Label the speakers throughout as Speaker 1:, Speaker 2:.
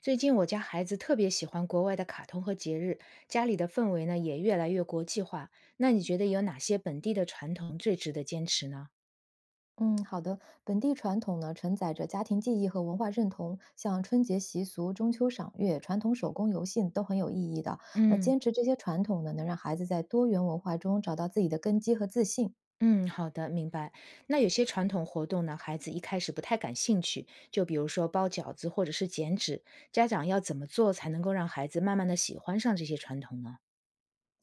Speaker 1: 最近我家孩子特别喜欢国外的卡通和节日，家里的氛围呢也越来越国际化。那你觉得有哪些本地的传统最值得坚持呢？
Speaker 2: 嗯，好的。本地传统呢，承载着家庭记忆和文化认同，像春节习俗、中秋赏月、传统手工游戏都很有意义的。那
Speaker 1: 嗯
Speaker 2: 坚持这些传统呢，能让孩子在多元文化中找到自己的根基和自信。
Speaker 1: 嗯，好的，明白。那有些传统活动呢，孩子一开始不太感兴趣，就比如说包饺子或者是剪纸，家长要怎么做才能够让孩子慢慢的喜欢上这些传统呢？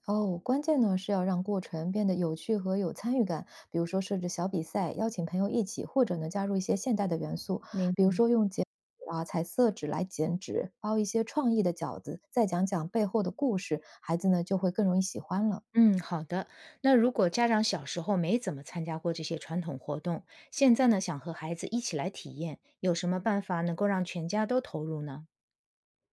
Speaker 2: 哦，关键呢是要让过程变得有趣和有参与感，比如说设置小比赛，邀请朋友一起，或者呢加入一些现代的元素，比如
Speaker 1: 明。
Speaker 2: 说用剪啊彩色纸来剪纸，包一些创意的饺子，再讲讲背后的故事，孩子呢就会更容易喜欢了。
Speaker 1: 嗯，好的。那如果家长小时候没怎么参加过这些传统活动，现在呢想和孩子一起来体验，有什么办法能够让全家都投入呢？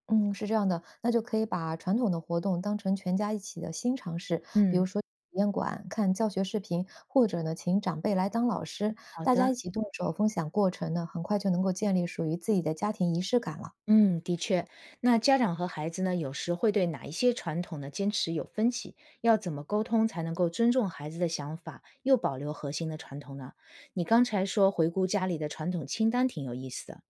Speaker 2: 嗯，是这样的，那就可以把传统的活动当成全家一起的新尝试，比如
Speaker 1: 嗯，
Speaker 2: 说体验馆、看教学视频，或者呢，请长辈来当老师，
Speaker 1: 好
Speaker 2: 大家
Speaker 1: 的。
Speaker 2: 一起动手分享过程呢，很快就能够建立属于自己的家庭仪式感了。
Speaker 1: 嗯，的确，那家长和孩子呢，有时会对哪一些传统的坚持有分歧，要怎么沟通才能够尊重孩子的想法，又保留核心的传统呢？你刚才说回顾家里的传统清单挺有意思的。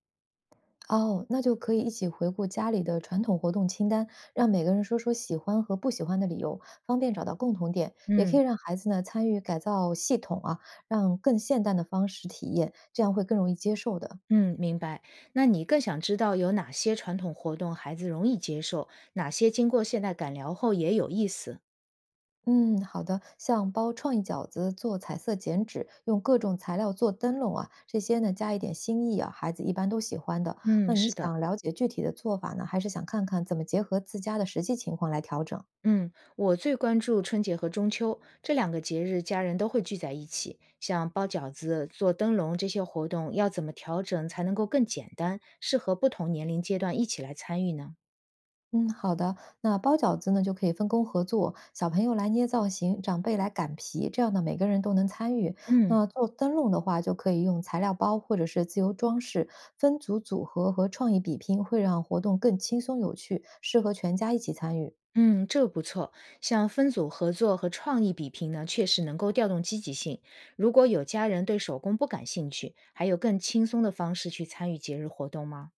Speaker 2: 哦，那就可以一起回顾家里的传统活动清单，让每个人说说喜欢和不喜欢的理由，方便找到共同点。也可以
Speaker 1: 嗯。
Speaker 2: 让孩子呢参与改造系统啊，让更现代的方式体验，这样会更容易接受的。
Speaker 1: 嗯，明白。那你更想知道有哪些传统活动孩子容易接受，哪些经过现代感良后也有意思？
Speaker 2: 嗯，好的。像包创意饺子、做彩色剪纸、用各种材料做灯笼啊，这些呢加一点新意啊，孩子一般都喜欢的。那
Speaker 1: 嗯，
Speaker 2: 你
Speaker 1: 是的。
Speaker 2: 想了解具体的做法呢，还是想看看怎么结合自家的实际情况来调整？
Speaker 1: 嗯，我最关注春节和中秋这两个节日，家人都会聚在一起。像包饺子、做灯笼这些活动，要怎么调整才能够更简单，适合不同年龄阶段一起来参与呢？
Speaker 2: 嗯，好的。那包饺子呢，就可以分工合作，小朋友来捏造型，长辈来擀皮，这样呢每个人都能参与。
Speaker 1: 嗯，
Speaker 2: 那做灯笼的话，就可以用材料包或者是自由装饰，分组组合和创意比拼，会让活动更轻松有趣，适合全家一起参与。
Speaker 1: 嗯，这个不错。像分组合作和创意比拼呢，确实能够调动积极性。如果有家人对手工不感兴趣，还有更轻松的方式去参与节日活动吗？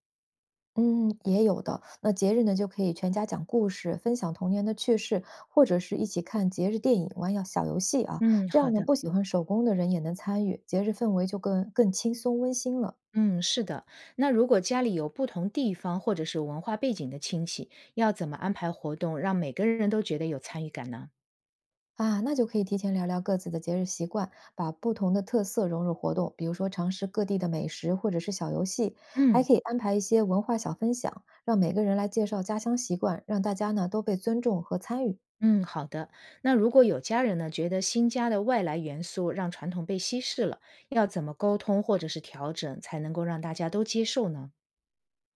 Speaker 2: 嗯，也有的。那节日呢，就可以全家讲故事，分享童年的趣事，或者是一起看节日电影、玩要小游戏啊。
Speaker 1: 嗯，
Speaker 2: 这
Speaker 1: 好
Speaker 2: 样呢，
Speaker 1: 的。
Speaker 2: 不喜欢手工的人也能参与，节日氛围就更轻松温馨了
Speaker 1: 嗯，是的。那如果家里有不同地方或者是文化背景的亲戚，要怎么安排活动，让每个人都觉得有参与感呢？
Speaker 2: 啊。那就可以提前聊聊各自的节日习惯，把不同的特色融入活动，比如说尝试各地的美食或者是小游戏，还
Speaker 1: 嗯
Speaker 2: 可以安排一些文化小分享，让每个人来介绍家乡习惯，让大家呢都被尊重和参与。
Speaker 1: 嗯，好的。那如果有家人呢，觉得新家的外来元素让传统被稀释了，要怎么沟通或者是调整，才能够让大家都接受呢？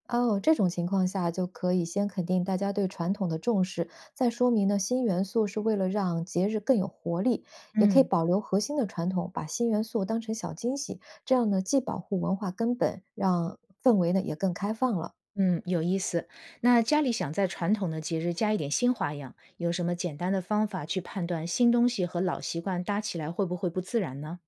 Speaker 2: 哦，这种情况下就可以先肯定大家对传统的重视，再说明呢新元素是为了让节日更有活力，也可以
Speaker 1: 嗯
Speaker 2: 保留核心的传统，把新元素当成小惊喜，这样呢既保护文化根本，让氛围呢也更开放了
Speaker 1: 嗯，有意思。那家里想在传统的节日加一点新花样，有什么简单的方法去判断新东西和老习惯搭起来会不会不自然呢？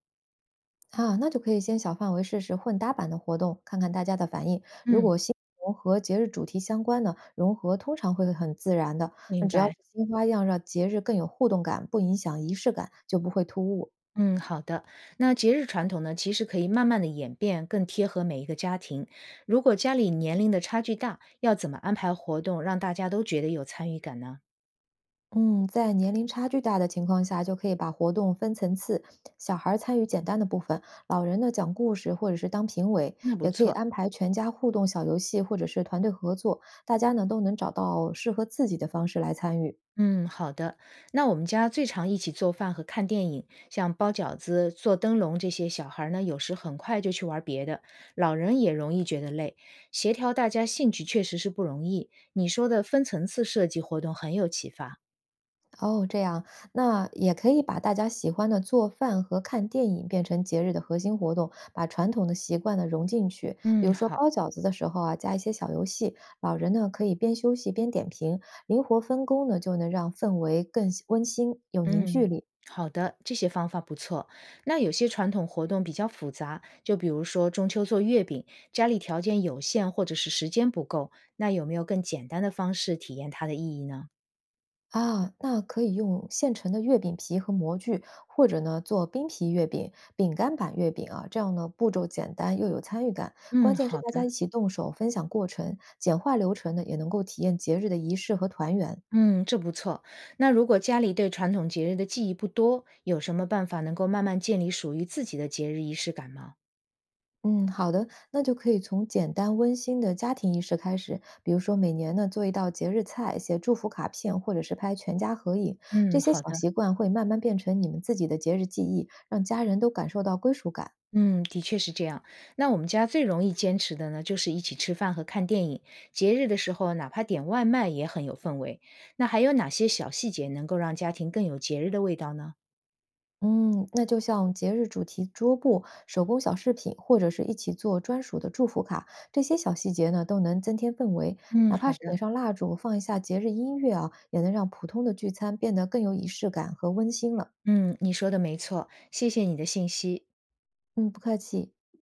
Speaker 2: 啊。那就可以先小范围试试混搭版的活动，看看大家的反应。如
Speaker 1: 嗯，
Speaker 2: 果新融合节日主题相关呢，融合通常会很自然的。那
Speaker 1: 明
Speaker 2: 只要是
Speaker 1: 白。
Speaker 2: 新花样，让节日更有互动感，不影响仪式感，就不会突兀。
Speaker 1: 嗯，好的。那节日传统呢，其实可以慢慢的演变，更贴合每一个家庭。如果家里年龄的差距大，要怎么安排活动，让大家都觉得有参与感呢？
Speaker 2: 嗯，在年龄差距大的情况下，就可以把活动分层次，小孩儿参与简单的部分，老人呢讲故事或者是当评委，
Speaker 1: 那不
Speaker 2: 也可以
Speaker 1: 错。
Speaker 2: 安排全家互动小游戏或者是团队合作，大家呢都能找到适合自己的方式来参与。
Speaker 1: 嗯，好的。那我们家最常一起做饭和看电影，像包饺子、做灯笼这些，小孩儿呢有时很快就去玩别的，老人也容易觉得累。协调大家兴趣确实是不容易。你说的分层次设计活动很有启发。
Speaker 2: 哦，这样，那也可以把大家喜欢的做饭和看电影变成节日的核心活动，把传统的习惯呢融进去。比
Speaker 1: 嗯，
Speaker 2: 如说
Speaker 1: 好，
Speaker 2: 包饺子的时候啊，加一些小游戏，老人呢可以边休息边点评，灵活分工呢就能让氛围更温馨有凝聚
Speaker 1: 嗯，
Speaker 2: 力。
Speaker 1: 好的，这些方法不错。那有些传统活动比较复杂，就比如说中秋做月饼，家里条件有限或者是时间不够，那有没有更简单的方式体验它的意义呢？
Speaker 2: 啊，那可以用现成的月饼皮和模具，或者呢做冰皮月饼、饼干版月饼啊，这样呢步骤简单又有参与感。关
Speaker 1: 嗯，
Speaker 2: 键是
Speaker 1: 好
Speaker 2: 大家
Speaker 1: 的。
Speaker 2: 一起动手，分享过程，简化流程呢，也能够体验节日的仪式和团圆。
Speaker 1: 嗯，这不错。那如果家里对传统节日的记忆不多，有什么办法能够慢慢建立属于自己的节日仪式感吗？
Speaker 2: 嗯，好的，那就可以从简单温馨的家庭仪式开始，比如说每年呢做一道节日菜，写祝福卡片，或者是拍全家合影，这
Speaker 1: 嗯，
Speaker 2: 些
Speaker 1: 好
Speaker 2: 小
Speaker 1: 的。
Speaker 2: 习惯会慢慢变成你们自己的节日记忆，让家人都感受到归属感。
Speaker 1: 嗯，的确是这样。那我们家最容易坚持的呢，就是一起吃饭和看电影。节日的时候，哪怕点外卖也很有氛围。那还有哪些小细节能够让家庭更有节日的味道呢？
Speaker 2: 嗯，那就像节日主题桌布、手工小饰品，或者是一起做专属的祝福卡，这些小细节呢，都能增添氛围。
Speaker 1: 嗯，
Speaker 2: 哪怕
Speaker 1: 好
Speaker 2: 是点
Speaker 1: 的。
Speaker 2: 上蜡烛，放一下节日音乐啊，也能让普通的聚餐变得更有仪式感和温馨了。
Speaker 1: 嗯，你说的没错，谢谢你的信息。
Speaker 2: 嗯，不客气。